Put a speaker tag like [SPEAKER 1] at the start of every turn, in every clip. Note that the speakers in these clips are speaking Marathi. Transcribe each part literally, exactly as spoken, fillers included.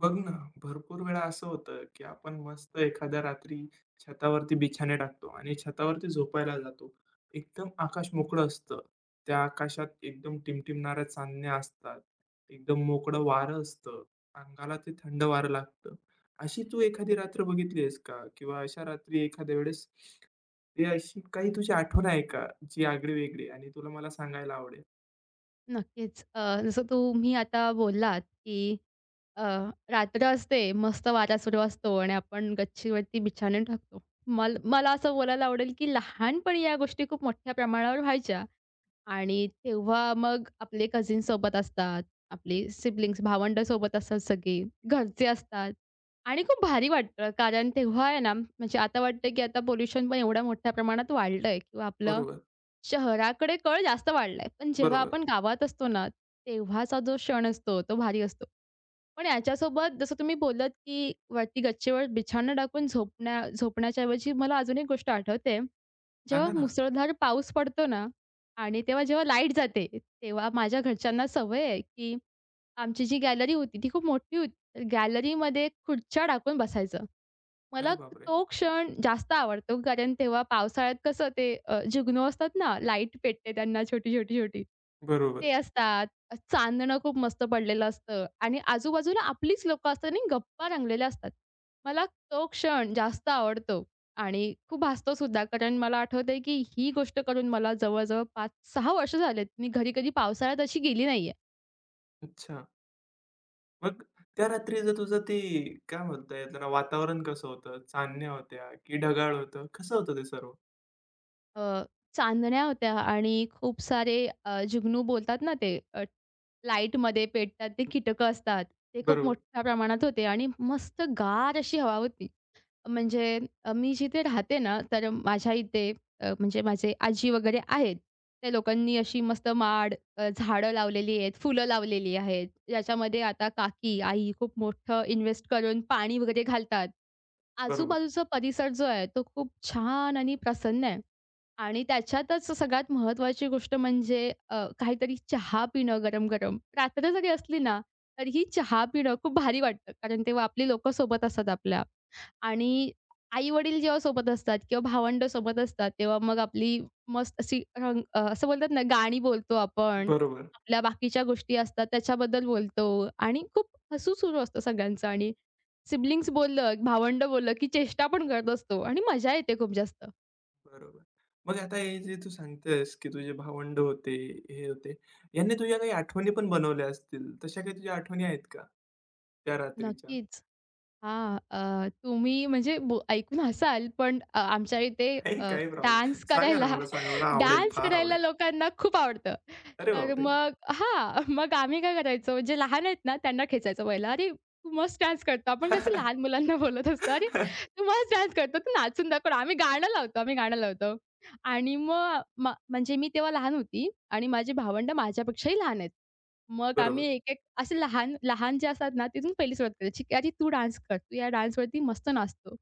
[SPEAKER 1] बघ ना, भरपूर वेळा असं होतं, की आपण मस्त एखाद्या रात्री छतावरती बिछाने टाकतो आणि छतावरती झोपायला जातो. एकदम आकाश मोकळं असतं. त्या आकाशात एकदम टिमटिमणाऱ्या चांदण्या असतात. एकदम मोकळं वारं असतं. अंगाला ते थंड वारं लागतं. अशी तू एखादी रात्र बघितली आहेस का? किंवा अशा रात्री एखाद्या वेळेस ते अशी काही तुझी आठवण आहे का? जी आगळी-वेगळी आणि तुला मला सांगायला आवडेल?
[SPEAKER 2] नक्कीच. अ, जसं तुम्ही आता बोललात, की अ, रात्र असते, मस्त वारा सुरू असतो आणि आपण गच्चीवरती बिछाने टाकतो. मल मला असं बोलायला आवडेल, की लहानपणी या गोष्टी खूप मोठ्या प्रमाणावर व्हायच्या. आणि तेव्हा मग आपले कझिन सोबत असतात, आपले सिबलिंग्स, भावंड सोबत असतात सगळे, घरचे असतात आणि खूप भारी वाटतं. कारण तेव्हा आहे ना, म्हणजे आता वाटतं की आता पोल्युशन पण एवढ्या मोठ्या प्रमाणात वाढलंय किंवा आपलं
[SPEAKER 1] बरोबर,
[SPEAKER 2] शहराकडे कल जास्त वाढलाय. पण जेव्हा
[SPEAKER 1] बरोबर.
[SPEAKER 2] आपण गावात असतो ना, तेव्हाचा जो क्षण असतो, तो भारी असतो. पण याच्यासोबत जसं तुम्ही बोलत की वरती गच्चीवर बिछाना टाकून झोपण्या झोपण्याच्या ऐवजी मला अजून एक गोष्ट आठवते. जेव्हा
[SPEAKER 1] सांगा ना.
[SPEAKER 2] मुसळधार पाऊस पडतो ना आणि तेव्हा जेव्हा लाईट जाते, तेव्हा माझ्या घरच्यांना सवय आहे, की आमची जी गॅलरी होती ती खूप मोठी होती. गॅलरीमध्ये खुर्च्या टाकून बसायचं. मला
[SPEAKER 1] अरे बापरे!
[SPEAKER 2] तो क्षण जास्त आवडतो कारण तेव्हा पावसाळ्यात कसं ते अ, जुगनू असतात ना, लाईट पेटते त्यांना छोटी, छोटी, छोटी.
[SPEAKER 1] बरोबर.
[SPEAKER 2] ते असतात. चांदणं खूप मस्त पडलेलं असतं आणि आजूबाजूला आपलीच लोकं असतात आणि गप्पा रंगलेल्या असतात. मला तो क्षण जास्त आवडतो आणि खूप हसतोसुद्धा. कारण मला आठवतंय, की ही गोष्ट करून मला जवळ-जवळ पाच सहा वर्ष झालेत. मी घरी कधी पावसाळ्यात अशी गेली नाहीये.
[SPEAKER 1] अच्छा. मग त्या रात्रीचं तुझं ते काय म्हणता येईल त्याला वातावरण कसं होतं? चांदण्या होत्या की ढगाळ होतं? कसं होतं ते सर्व?
[SPEAKER 2] अ, चांदण्या होत्या आणि खूप सारे अ, जुगनू बोलतात ना ते अ, लाईटमध्ये पेटतात ते कीटकं असतात. ते खूप
[SPEAKER 1] बरोबर,
[SPEAKER 2] मोठ्या प्रमाणात होते आणि मस्त गार अशी हवा होती. म्हणजे अ, मी जिथे राहते ना, तर माझ्या इथे अ, म्हणजे माझे आजी वगैरे आहेत. त्या लोकांनी अशी मस्त माड, अ, झाडं लावलेली आहेत, फुलं लावलेली आहेत. ज्याच्यामध्ये आता काकी, आई खूप मोठं इन्व्हेस्ट करून पाणी वगैरे घालतात.
[SPEAKER 1] बरोबर,
[SPEAKER 2] आजूबाजूचा परिसर जो आहे, तो खूप छान आणि प्रसन्न आहे. आणि त्याच्यातच सगळ्यात महत्त्वाची गोष्ट म्हणजे अ, काहीतरी चहा पिणं गरम-गरम. रात्र जरी असली ना, तरीही चहा पिणं खूप भारी वाटतं. कारण तेव्हा आपली लोकं सोबत असतात आपल्या. आणि आई-वडील जेव्हा सोबत असतात किंवा भावंड सोबत असतात, तेव्हा मग आपली मस्त अशी रंग अ, असं बोलतात ना, गाणी बोलतो आपण.
[SPEAKER 1] बरोबर,
[SPEAKER 2] आपल्या बाकीच्या गोष्टी असतात त्याच्याबद्दल बोलतो आणि खूप हसू सुरू असतं सगळ्यांचं आणि सिबलिंग्स बोललं, भावंड बोललं, की चेष्टा पण करत असतो आणि मजा येते खूप जास्त.
[SPEAKER 1] बरोबर. मग आता हे जे तू सांगतेस की तुझे भावंड होते, हे होते. यांनी तुझ्या काही आठवणी पण बनवल्या असतील. तशा काही तुझ्या आठवणी आहेत का त्या रात्रीच्या?
[SPEAKER 2] नक्कीच. हां. अ, तुम्ही म्हणजे बो ऐकून हसाल, पण अ, आमच्या इथे
[SPEAKER 1] काही
[SPEAKER 2] अ,
[SPEAKER 1] काही प्रॉब्लेम
[SPEAKER 2] डान्स
[SPEAKER 1] सांगा
[SPEAKER 2] करायला
[SPEAKER 1] ना मला सांगा. मला आवडेल,
[SPEAKER 2] डान्स
[SPEAKER 1] फार
[SPEAKER 2] करायला
[SPEAKER 1] आवडेल.
[SPEAKER 2] लोकांना खूप आवडतं.
[SPEAKER 1] अरे
[SPEAKER 2] तर
[SPEAKER 1] बापरे!
[SPEAKER 2] मग हां, मग आम्ही काय करायचो, जे लहान आहेत ना, त्यांना खेचायचो पहिला. "अरे, तू मस्त डान्स करतो." आपण कसं लहान मुलांना बोलत असतो, "अरे, तू मस्त डान्स करतो, तू नाचून दाखव." आम्ही गाणं लावतो, आम्ही गाणं लावतो. आणि मग म्हणजे मी तेव्हा लहान होती आणि माझी भावंडं माझ्यापेक्षाही लहान आहेत. मग आम्ही
[SPEAKER 1] बरोबर.
[SPEAKER 2] एक-एक असे लहान, लहान जे असतात ना, तिथून पहिली सुरुवात करायची, "ठीक आहे आजी तू डान्स कर, तू या डान्सवरती मस्त नाचतो."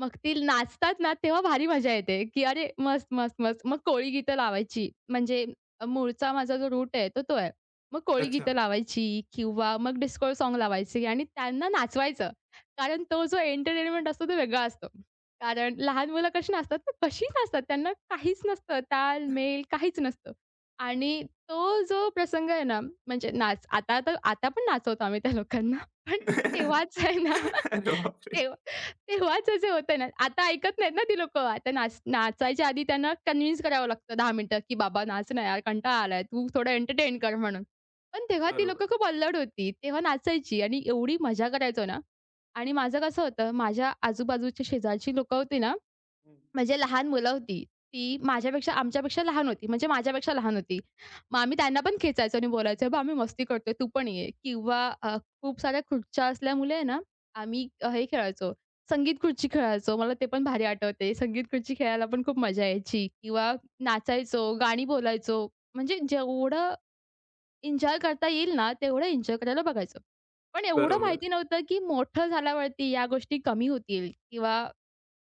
[SPEAKER 2] मग ती नाचतात ना, तेव्हा भारी मजा येते, की "अरे मस्त, मस्त, मस्त." मग कोळी गीतं लावायची, म्हणजे अ, मूळचा माझा जो रूट आहे, तो तो आहे. मग कोळी
[SPEAKER 1] अच्छा.
[SPEAKER 2] गीतं लावायची किंवा मग डिस्को साँग लावायचे आणि त्यांना नाचवायचं. कारण तो जो एंटरटेनमेंट असतो, तो वेगळा असतो. कारण लहान मुलं कशी नाचतात ना, कशी नाचतात, त्यांना काहीच नसतं, ताल, मेल काहीच नसतं आणि तो जो प्रसंग आहे ना, म्हणजे नाच आता तर आता पण नाचवतो आम्ही त्या लोकांना. पण तेव्हाच आहे ना,
[SPEAKER 1] अरे बापरे!
[SPEAKER 2] तेव्हा तेव्हाचं जे होतं ना, आता ऐकत नाहीत ना ती लोकं. आता नाच नाचायच्या आधी त्यांना कन्व्हिन्स करावं लागतं दहा मिनिटं, की "बाबा नाच ना यार, कंटाळा आलाय. तू थोडं एंटरटेन कर" म्हणून. पण तेव्हा ती लोकं
[SPEAKER 1] बरोबर.
[SPEAKER 2] खूप अल्लड होती. तेव्हा नाचायची आणि एवढी मजा करायचो ना आणि माझं कसं होतं, माझ्या आजूबाजूच्या शेजारची लोकं होती ना
[SPEAKER 1] हं.
[SPEAKER 2] म्हणजे लहान मुलं होती. ती माझ्यापेक्षा आमच्यापेक्षा लहान होती. म्हणजे माझ्यापेक्षा लहान होती. मग आम्ही त्यांना पण खेचायचो आणि बोलायचो, "बाबा आम्ही मस्ती करतोय, तू पण ये." किंवा अ, खूप साऱ्या खुर्च्या असल्यामुळे आहे ना, आम्ही अ, हे खेळायचो, संगीत खुर्ची खेळायचो. मला ते पण भारी आठवते. संगीत खुर्ची खेळायला पण खूप मजा यायची किंवा नाचायचो, गाणी बोलायचो. म्हणजे जेवढं एन्जॉय करता येईल ना, तेवढं एन्जॉय करायला बघायचो. पण एवढं
[SPEAKER 1] बरोबर.
[SPEAKER 2] माहिती नव्हतं, की मोठं झाल्यावरती या गोष्टी कमी होतील किंवा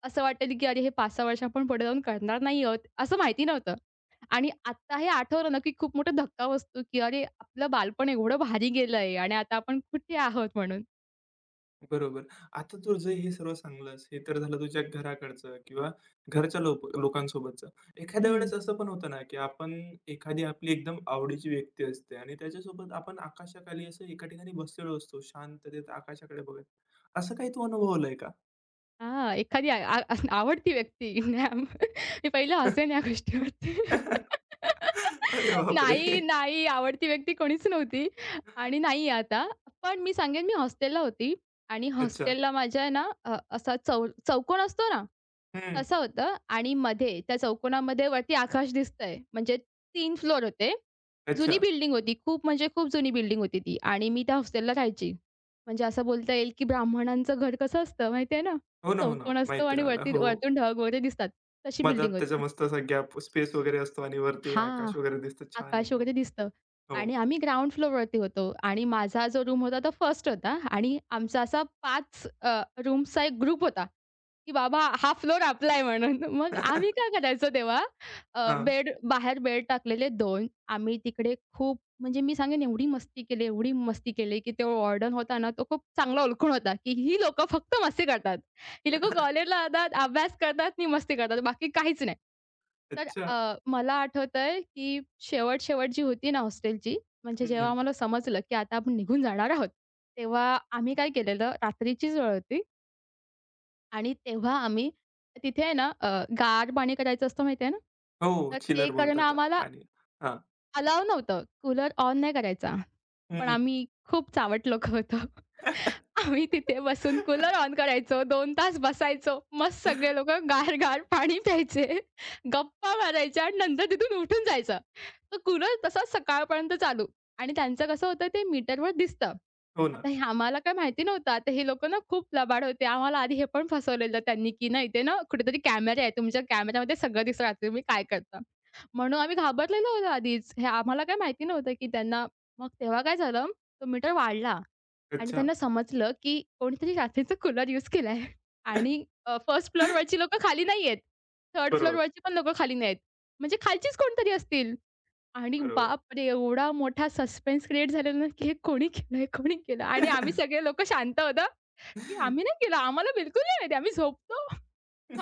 [SPEAKER 2] असं वाटेल, की अरे हे पाच सहा वर्ष आपण पुढे जाऊन करणार नाही आहोत, असं माहिती नव्हतं. आणि आता हे आठवलं ना, की खूप मोठा धक्का बसतो, की अरे आपलं बालपण एवढं भारी गेलंय आणि आता आपण कुठे आहोत म्हणून.
[SPEAKER 1] बरोबर. आता तुझं हे सर्व सांगलंस, हे तर झालं तुझ्या घराकडचं किंवा घरच्या लोक लोकांसोबतचं. एखाद्या
[SPEAKER 2] हं.
[SPEAKER 1] वेळेस असं पण होतं ना, की आपण एखादी आपली एकदम आवडीची व्यक्ती असते आणि त्याच्यासोबत आपण आकाशाखाली असं एका ठिकाणी बसलेलो असतो, शांततेत आकाशाकडे बघत. असं काही तू अनुभवलंय का?
[SPEAKER 2] हां, एखादी आ आ अस- आवडती व्यक्ती. नाही, आम- मी पहिलं हसेन या गोष्टीवरती.
[SPEAKER 1] अरे बापरे!
[SPEAKER 2] नाही, नाही आवडती व्यक्ती कोणीच नव्हती आणि नाही आता. पण मी सांगेन मी हॉस्टेलला होती आणि
[SPEAKER 1] अच्छा.
[SPEAKER 2] हॉस्टेलला माझ्या आहे ना अ, असा चौ चौकोन असतो ना
[SPEAKER 1] हं.
[SPEAKER 2] तसं होतं आणि मध्ये त्या चौकोनामध्ये वरती आकाश दिसतंय. म्हणजे तीन फ्लोर होते. जुनी
[SPEAKER 1] अच्छा.
[SPEAKER 2] बिल्डिंग होती. खूप म्हणजे खूप जुनी बिल्डिंग होती ती आणि मी त्या हॉस्टेलला राहायची. म्हणजे असं बोलता येईल, की ब्राह्मणांचं घर कसं असतं माहिती आहे ना?
[SPEAKER 1] हो ना, हो ना.
[SPEAKER 2] चौकोन असतो
[SPEAKER 1] माहीत
[SPEAKER 2] आणि
[SPEAKER 1] आहे मला.
[SPEAKER 2] वरती
[SPEAKER 1] हो.
[SPEAKER 2] वरतून ढग वगैरे दिसतात. तशी
[SPEAKER 1] मधात
[SPEAKER 2] बिल्डिंग
[SPEAKER 1] त्याचा
[SPEAKER 2] होती.
[SPEAKER 1] मस्त असा गॅप स्पेस वगैरे असतो आणि वरती
[SPEAKER 2] हां,
[SPEAKER 1] आकाश वगैरे दिसतं छान
[SPEAKER 2] आकाश
[SPEAKER 1] एकदम.
[SPEAKER 2] वगैरे दिसतं
[SPEAKER 1] हो.
[SPEAKER 2] आणि आम्ही ग्राउंड फ्लोअरवरती होतो आणि माझा जो रूम होता तो फर्स्ट होता आणि आमचा असा पाच अ, रूम्सचा एक ग्रुप होता, की बाबा हा फ्लोअर आपला आहे म्हणून. मग आम्ही काय करायचो तेव्हा
[SPEAKER 1] हां.
[SPEAKER 2] बेड बाहेर बेड टाकलेले दोन आम्ही तिकडे खूप म्हणजे मी सांगेन एवढी मस्ती केली, एवढी मस्ती केली, की तो वॉर्डन होता ना, तो खूप चांगला ओळखून होता, की ही लोकं फक्त मस्ती करतात. ही लोकं कॉलेजला जातात, अभ्यास करतात आणि मस्ती करतात. बाकी काहीच नाही. तर
[SPEAKER 1] अच्छा.
[SPEAKER 2] अ, मला आठवतंय, की शेवट-शेवट जी होती ना हॉस्टेलची, म्हणजे जेव्हा
[SPEAKER 1] हं.
[SPEAKER 2] आम्हाला समजलं, की आता आपण निघून जाणार आहोत, तेव्हा आम्ही काय केलेलं, रात्रीचीच वेळ होती आणि तेव्हा आम्ही तिथे आहे ना, अ, गार पाणी करायचं असतं माहिती आहे ना?
[SPEAKER 1] हो,
[SPEAKER 2] तर ते
[SPEAKER 1] चिलर
[SPEAKER 2] करणं
[SPEAKER 1] बोलतात
[SPEAKER 2] आम्हाला
[SPEAKER 1] पाणी. हां.
[SPEAKER 2] अलाऊ नव्हतं. कूलर ऑन नाही करायचा. पण
[SPEAKER 1] हं.
[SPEAKER 2] आम्ही खूप चावट लोकं होतो. आम्ही तिथे बसून कूलर ऑन करायचो, दोन तास बसायचो. मस्त सगळे लोकं गार-गार पाणी प्यायचे, गप्पा मारायच्या आणि नंतर तिथून उठून जायचं. तो कूलर तसाच सकाळपर्यंत चालू आणि त्यांचं कसं होतं ते मीटरवर दिसतं.
[SPEAKER 1] हो ना.
[SPEAKER 2] आता हे आम्हाला काय माहिती नव्हतं. आता हे लोकं ना खूप लबाड होते. आम्हाला आधी हे पण फसवलेलं त्यांनी, की ना इथे ना कुठेतरी कॅमेरा आहे. तुमच्या कॅमेऱ्यामध्ये सगळं दिसतं रात्री तुम्ही काय करता. म्हणून आम्ही घाबरलेलो होतो आधीच. हे आम्हाला काय माहिती नव्हतं, की त्यांना मग तेव्हा काय झालं, तो मीटर वाढला आणि
[SPEAKER 1] अच्छा.
[SPEAKER 2] त्यांना समजलं, की कोणीतरी रात्रीचं कूलर यूज केलाय आणि फर्स्ट फ्लोरवरची लोकं खाली नाहीयेत. थर्ड
[SPEAKER 1] बरोबर,
[SPEAKER 2] फ्लोरवरची पण लोकं खाली नाहीयेत. म्हणजे खालचीच कोणतरी असतील. आणि
[SPEAKER 1] बरोबर.
[SPEAKER 2] बापरे! एवढा मोठा सस्पेन्स क्रिएट झालेला ना, की हे कोणी केलंय? कोणी केलं? आणि आम्ही सगळे लोकं शांत होतो, की आम्ही नाही केलं. आम्हाला बिलकुल नाही माहिती. आम्ही झोपतो.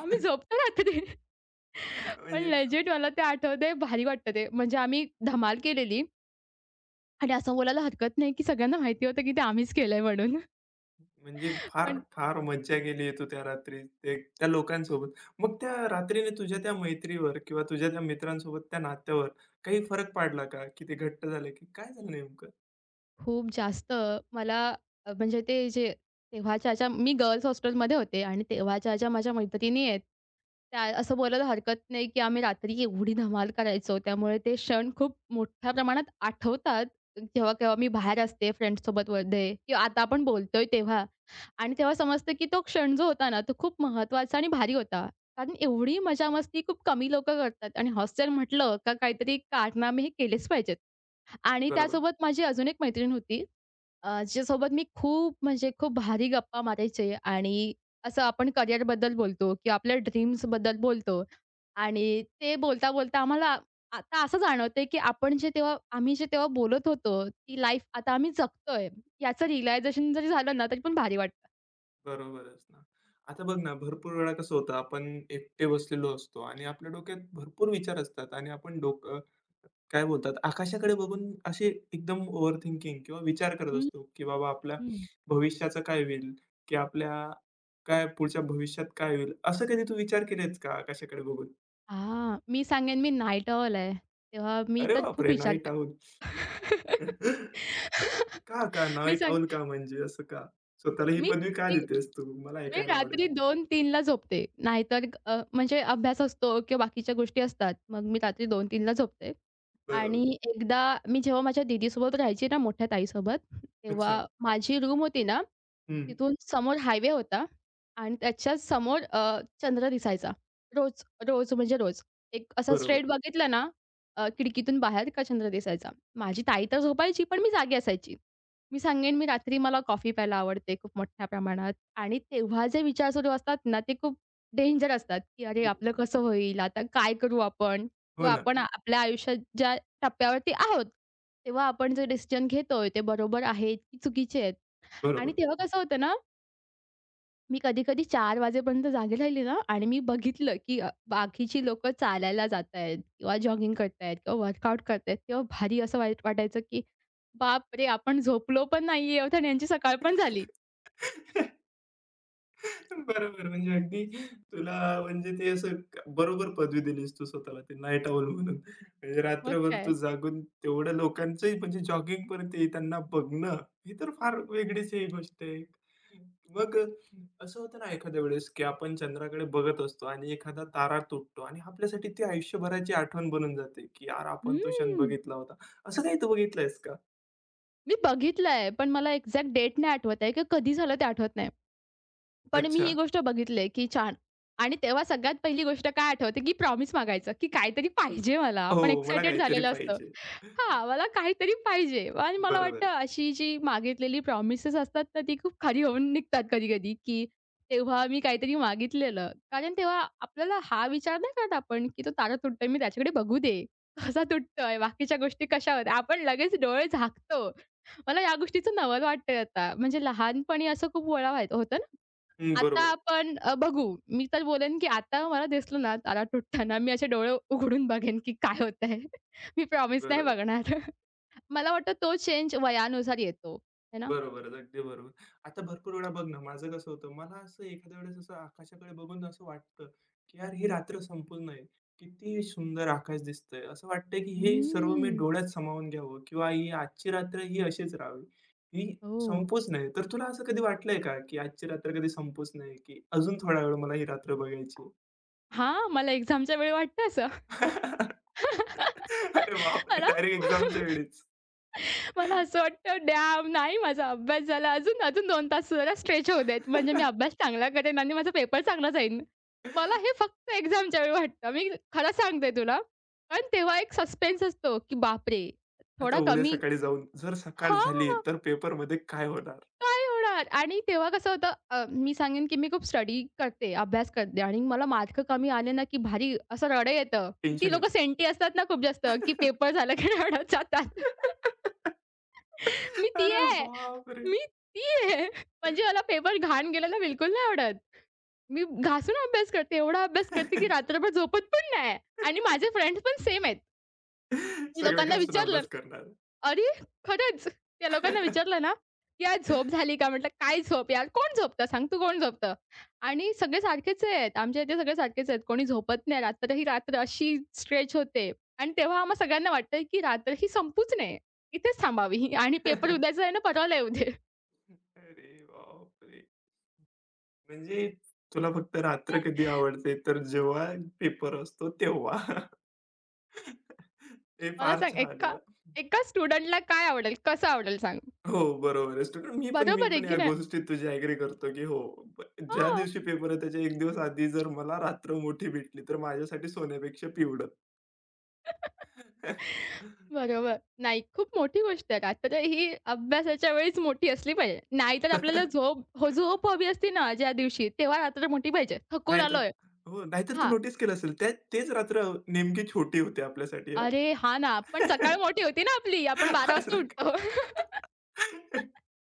[SPEAKER 2] आम्ही झोपतो रात्री. पण
[SPEAKER 1] म्हणजे
[SPEAKER 2] लेजिट मला ते आठवतंय, भारी वाटतं ते. म्हणजे आम्ही धमाल केलेली आणि असं बोलायला हरकत नाही, की सगळ्यांना माहिती होतं, की ते आम्हीच केलंय म्हणून.
[SPEAKER 1] म्हणजे फार,
[SPEAKER 2] पण
[SPEAKER 1] फार मज्जा केली आहे तू त्या रात्री ते त्या लोकांसोबत. मग त्या रात्रीने तुझ्या त्या मैत्रीवर किंवा तुझ्या त्या मित्रांसोबत त्या नात्यावर काही फरक पडला का? की ते घट्ट झालं की काय झालं नेमकं?
[SPEAKER 2] खूप जास्त मला अ, म्हणजे ते जे तेव्हाच्या ज्या मी गर्ल्स हॉस्टेलमध्ये होते आणि तेव्हाच्या ज्या माझ्या मैत्रिणी आहेत, त्या असं बोलायला हरकत नाही, की आम्ही रात्री एवढी धमाल करायचो. त्यामुळे ते क्षण खूप मोठ्या प्रमाणात आठवतात. केव्हा-केव्हा मी बाहेर असते फ्रेंड्ससोबत वगैरे किंवा आता आपण बोलतोय तेव्हा आणि तेव्हा समजतं, की तो क्षण जो होता ना, तो खूप महत्त्वाचा आणि भारी होता. कारण एवढी मजा-मस्ती खूप कमी लोकं करतात आणि हॉस्टेल म्हटलं का काहीतरी कारनामे हे केलेच पाहिजेत. आणि
[SPEAKER 1] बरोबर,
[SPEAKER 2] त्यासोबत माझी अजून एक मैत्रीण होती अ, जिच्यासोबत मी खूप म्हणजे खूप भारी गप्पा मारायचे आणि असं आपण करिअरबद्दल बोलतो किंवा आपल्या ड्रीम्सबद्दल बोलतो आणि ते बोलता बोलता आम्हाला आता असं जाणवतंय की आपण जे तेव्हा आम्ही जे तेव्हा बोलत होतो ती लाईफ आता आम्ही जगतोय याचं रिअलायझेशन जरी झालं ना तरी पण भारी वाटतं.
[SPEAKER 1] बरोबरच ना. आता बघ ना, भरपूर वेळा कसं होतं आपण एकटे बसलेलो असतो आणि आपल्या डोक्यात भरपूर विचार असतात आणि आपण डोकं काय बोलतात, आकाशाकडे बघून असे एकदम ओव्हरथिंकिंग किंवा विचार करत
[SPEAKER 2] हं,
[SPEAKER 1] असतो, की बाबा आपल्या
[SPEAKER 2] हं.
[SPEAKER 1] भविष्याचं काय होईल? की आपल्या काय पुढच्या भविष्यात काय होईल? असं कधी तू विचार केलेस का आकाशाकडे बघून?
[SPEAKER 2] हां, मी सांगेन मी नाईट ऑल आहे. तेव्हा मी
[SPEAKER 1] अरे
[SPEAKER 2] तर खूप
[SPEAKER 1] बापरे!
[SPEAKER 2] विचार
[SPEAKER 1] नाईट
[SPEAKER 2] के
[SPEAKER 1] आऊल. का, का?
[SPEAKER 2] मी
[SPEAKER 1] नाईट
[SPEAKER 2] सांग
[SPEAKER 1] आऊल का म्हणजे असं का? स्वतःला ही
[SPEAKER 2] मी
[SPEAKER 1] पदवी का
[SPEAKER 2] रात्री
[SPEAKER 1] देतेस तू? मला
[SPEAKER 2] मी
[SPEAKER 1] ऐकायला
[SPEAKER 2] रात्री
[SPEAKER 1] आवडेल.
[SPEAKER 2] दोन-3:00ला झोपते. नाहीतर अ, म्हणजे अभ्यास असतो किंवा बाकीच्या गोष्टी असतात. मग मी रात्री दोन-3:00ला झोपते.
[SPEAKER 1] बरोबर.
[SPEAKER 2] आणि एकदा मी जेव्हा माझ्या दीदीसोबत राहायची ना, मोठ्या ताईसोबत, तेव्हा
[SPEAKER 1] अच्छा.
[SPEAKER 2] माझी रूम होती ना
[SPEAKER 1] हं.
[SPEAKER 2] तिथून समोर हायवे होता आणि त्याच्या समोर अ, चंद्र दिसायचा. रोज, रोज म्हणजे रोज. एक असा
[SPEAKER 1] बरोबर.
[SPEAKER 2] स्ट्रेट बघितलं ना, अ, खिडकीतून बाहेर का चंद्र दिसायचा. माझी ताई तर झोपायची, पण मी जागी असायची. मी सांगेन मी रात्री मला कॉफी प्यायला आवडते खूप मोठ्या प्रमाणात आणि तेव्हा जे विचार सुरू असतात ना, ते खूप डेंजर असतात, की "अरे,
[SPEAKER 1] हो.
[SPEAKER 2] आपलं कसं होईल? आता काय करू आपण?"
[SPEAKER 1] हो
[SPEAKER 2] किंवा
[SPEAKER 1] ना.
[SPEAKER 2] आपण आपल्या आयुष्यात ज्या टप्प्यावरती आहोत, तेव्हा आपण जे डिसिजन घेतोय ते बरोबर आहेत की चुकीचे आहेत आणि
[SPEAKER 1] बरोबर.
[SPEAKER 2] तेव्हा कसं होतं ना मी कधी-कधी चार वाजेपर्यंत जागी राहिली ना आणि मी बघितलं, की अ, बाकीची लोकं चालायला जातायत किंवा जॉगिंग करतायत किंवा वर्कआउट करतायत तेव्हा भारी असं वाईट वाटायचं, की बापरे! आपण झोपलो पण नाहीये आणि यांची सकाळ पण झाली.
[SPEAKER 1] बरोबर. म्हणजे अगदी तुला म्हणजे ते असं क- बरोबर पदवी दिलीस तू स्वतःला ते नाईट आउल म्हणून. म्हणजे
[SPEAKER 2] मग
[SPEAKER 1] रात्रभर
[SPEAKER 2] काय?
[SPEAKER 1] तू जागून तेवढ्या लोकांचंही म्हणजे जॉगिंगपर्यंत येताना बघणं, ही तर फार वेगळीच ही गोष्ट आहे. मग अ, असं होतं ना एखाद्या वेळेस, की आपण चंद्राकडे बघत असतो आणि एखादा तारा तुटतो आणि आपल्यासाठी ती आयुष्यभराची आठवण बनून जाते, की यार आपण तो क्षण
[SPEAKER 2] हम्म.
[SPEAKER 1] बघितला होता. असं काही तू बघितलंयस का?
[SPEAKER 2] मी बघितलंय, पण मला एक्झॅक्ट डेट नाही आठवत आहे, की कधी झालं ते आठवत नाही. पण मी
[SPEAKER 1] अच्छा.
[SPEAKER 2] ही गोष्ट बघितली आहे, की छान आणि तेव्हा सगळ्यात पहिली गोष्ट काय आठवते, की प्रॉमिस मागायचं, की काहीतरी पाहिजे मला. आपण
[SPEAKER 1] हो, मला
[SPEAKER 2] एक्सायटेड
[SPEAKER 1] काहीतरी
[SPEAKER 2] झालेलं असतं.
[SPEAKER 1] पाहिजे.
[SPEAKER 2] हां, मला काहीतरी पाहिजे आणि मला वाटतं
[SPEAKER 1] बरोबर.
[SPEAKER 2] अशी जी मागितलेली प्रॉमिसेस असतात ना, ती खूप खरी होऊन निघतात कधी-कधी, की तेव्हा मी काहीतरी मागितलेलं. कारण तेव्हा आपल्याला हा विचार नाही करत आपण, की तो तारा तुटतोय, मी त्याच्याकडे बघू दे. कसा तुटतोय, बाकीच्या गोष्टी कशा होत्या. आपण लगेच डोळे झाकतो. मला या गोष्टीचं नवल वाटतंय आता. म्हणजे लहानपणी असं खूप वेळा व्हाय होतं ना?
[SPEAKER 1] हं,
[SPEAKER 2] आता
[SPEAKER 1] बरोबर,
[SPEAKER 2] आपण अ, बघू. मी तर बोलेन, की आता मला दिसलं ना तारा तुटताना, मी असे डोळे उघडून बघेन, की काय होतंय. मी प्रॉमिस नाही
[SPEAKER 1] बरोबर.
[SPEAKER 2] बघणार. मला वाटतं तो चेंज वयानुसार येतो, है ना?
[SPEAKER 1] बरोबरच, अगदी बरोबर. आता भरपूर वेळा बघ ना, माझं कसं होतं, मला असं एखाद्या वेळेस असं आकाशाकडे बघून असं वाटतं, की यार ही रात्र संपून नाही. किती सुंदर आकाश दिसतंय. असं वाटतं, की हे सर्व मी
[SPEAKER 2] हम्म.
[SPEAKER 1] डोळ्यात सामावून घ्यावं किंवा ही आजची रात्र ही अशीच राहावी. ही
[SPEAKER 2] हो.
[SPEAKER 1] संपूच नाही. तर तुला असं कधी वाटलंय का, की आजची रात्र कधी संपूच नाही, की अजून थोडा वेळ मला ही रात्र बघायची आहे?
[SPEAKER 2] हां, मला एक्झामच्या वेळी वाटतं असं.
[SPEAKER 1] अरे बापरे!
[SPEAKER 2] मला
[SPEAKER 1] डायरेक्ट एक्झामच्या वेळीच.
[SPEAKER 2] मला असं वाटतं डॅम नाही माझा अभ्यास झाला. अजून अजून दोन तास जरा स्ट्रेच होऊ देत. म्हणजे मी अभ्यास चांगला करेन आणि माझा पेपर चांगला जाईन. मला हे फक्त एक्झामच्या वेळी वाटतं. मी खरं सांगते तुला. कारण तेव्हा एक सस्पेन्स असतो, की बापरे! थोडा
[SPEAKER 1] आता उद्या
[SPEAKER 2] कमी
[SPEAKER 1] सकाळी जाऊन जर सकाळ झाली
[SPEAKER 2] हां,
[SPEAKER 1] तर पेपरमध्ये काय होणार?
[SPEAKER 2] काय होणार? आणि तेव्हा कसं होतं अ, मी सांगेन, की मी खूप स्टडी करते, अभ्यास करते आणि मला मार्क कमी आले ना, की भारी असं रडं येतं. ती
[SPEAKER 1] टेन्शन
[SPEAKER 2] लोकं
[SPEAKER 1] येतं.
[SPEAKER 2] सेंटी असतात ना खूप जास्त, की पेपर झाला की रडत जातात. मी ती
[SPEAKER 1] अरे
[SPEAKER 2] आहे.
[SPEAKER 1] बापरे!
[SPEAKER 2] मी ती आहे. म्हणजे मला पेपर घाण गेलेला बिलकुल नाही आवडत. मी घासून अभ्यास करते. एवढा अभ्यास करते, की रात्रभर झोपत पण नाही आणि माझे फ्रेंड्स पण सेम आहेत.
[SPEAKER 1] सगळे
[SPEAKER 2] लोकांना
[SPEAKER 1] घासून
[SPEAKER 2] विचारलं,
[SPEAKER 1] अभ्यास करणार.
[SPEAKER 2] "अरे खरंच?" त्या लोकांना विचारलं ना, की "यार झोप झाली का?" म्हटलं, "काय झोप यार? कोण झोपतं? सांग तू कोण झोपतं?" आणि सगळे सारखेच आहेत. आमच्या इथे सगळे सारखेच आहेत. कोणी झोपत नाही. रात्र ही रात्र अशी स्ट्रेच होते आणि तेव्हा आम्हा सगळ्यांना वाटतंय, की रात्र ही संपूच नये. इथेच थांबावी आणि पेपर उद्याचा आहे ना, परवाला येऊ दे.
[SPEAKER 1] अरे बापरे! म्हणजे तुला फक्त रात्र कधी आवडते तर जेव्हा पेपर असतो तेव्हा. हे
[SPEAKER 2] मला
[SPEAKER 1] फार
[SPEAKER 2] सांग
[SPEAKER 1] छान आहे
[SPEAKER 2] एका एका स्टुडंटला काय आवडेल? कसं आवडेल सांग?
[SPEAKER 1] हो, बरोबर आहे. स्टुडंट मी पण मी
[SPEAKER 2] बरोबर आहे
[SPEAKER 1] पण
[SPEAKER 2] की
[SPEAKER 1] या
[SPEAKER 2] नाही?
[SPEAKER 1] गोष्टीत तुझी ॲग्री करतो, की हो, ब ज्या
[SPEAKER 2] हां.
[SPEAKER 1] दिवशी पेपर आहे त्याच्या एक दिवस आधी जर मला रात्र मोठी भेटली तर माझ्यासाठी सोन्यापेक्षा पिवळं.
[SPEAKER 2] बरोबर. नाही, खूप मोठी गोष्ट आहे. रात्र ही अभ्यासाच्या वेळीच मोठी असली पाहिजे. नाहीतर आपल्याला झोप हो झोप हवी असती ना ज्या दिवशी, तेव्हा रात्र मोठी पाहिजे. थकून
[SPEAKER 1] नाहीतर
[SPEAKER 2] आलोय.
[SPEAKER 1] हो, नाहीतर तू
[SPEAKER 2] हां.
[SPEAKER 1] नोटीस केलं असेल त्या तेच रात्र नेमकी छोटी होती आपल्यासाठी
[SPEAKER 2] अरे हां ना,
[SPEAKER 1] हां.
[SPEAKER 2] पण सकाळ मोठी होती ना आपली. आपण बारा वाजता
[SPEAKER 1] असं का?
[SPEAKER 2] उठतो.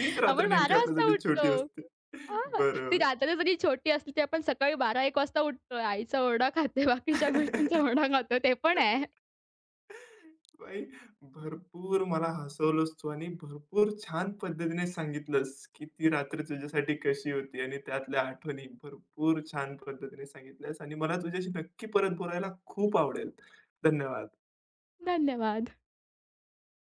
[SPEAKER 1] तीच रात्र
[SPEAKER 2] आपण
[SPEAKER 1] नेमकी
[SPEAKER 2] बारा वाजता
[SPEAKER 1] आपल्यासाठी
[SPEAKER 2] उठतो.
[SPEAKER 1] छोटी असते.
[SPEAKER 2] हां. ती
[SPEAKER 1] बरोबर.
[SPEAKER 2] रात्र जरी छोटी असली, तरी आपण सकाळी बारा एक वाजता उठतोय. आईचा ओरडा खाते, बाकीच्या गोष्टींचा ओरडा खातो. ते पण आहे.
[SPEAKER 1] भाई भरपूर मला हसवलंस तू आणि भरपूर छान पद्धतीने सांगितलंस, की ती रात्र तुझ्यासाठी कशी होती आणि त्यातल्या आठवणी भरपूर छान पद्धतीने सांगितल्यास आणि मला तुझ्याशी नक्की परत बोलायला खूप आवडेल. धन्यवाद.
[SPEAKER 2] धन्यवाद.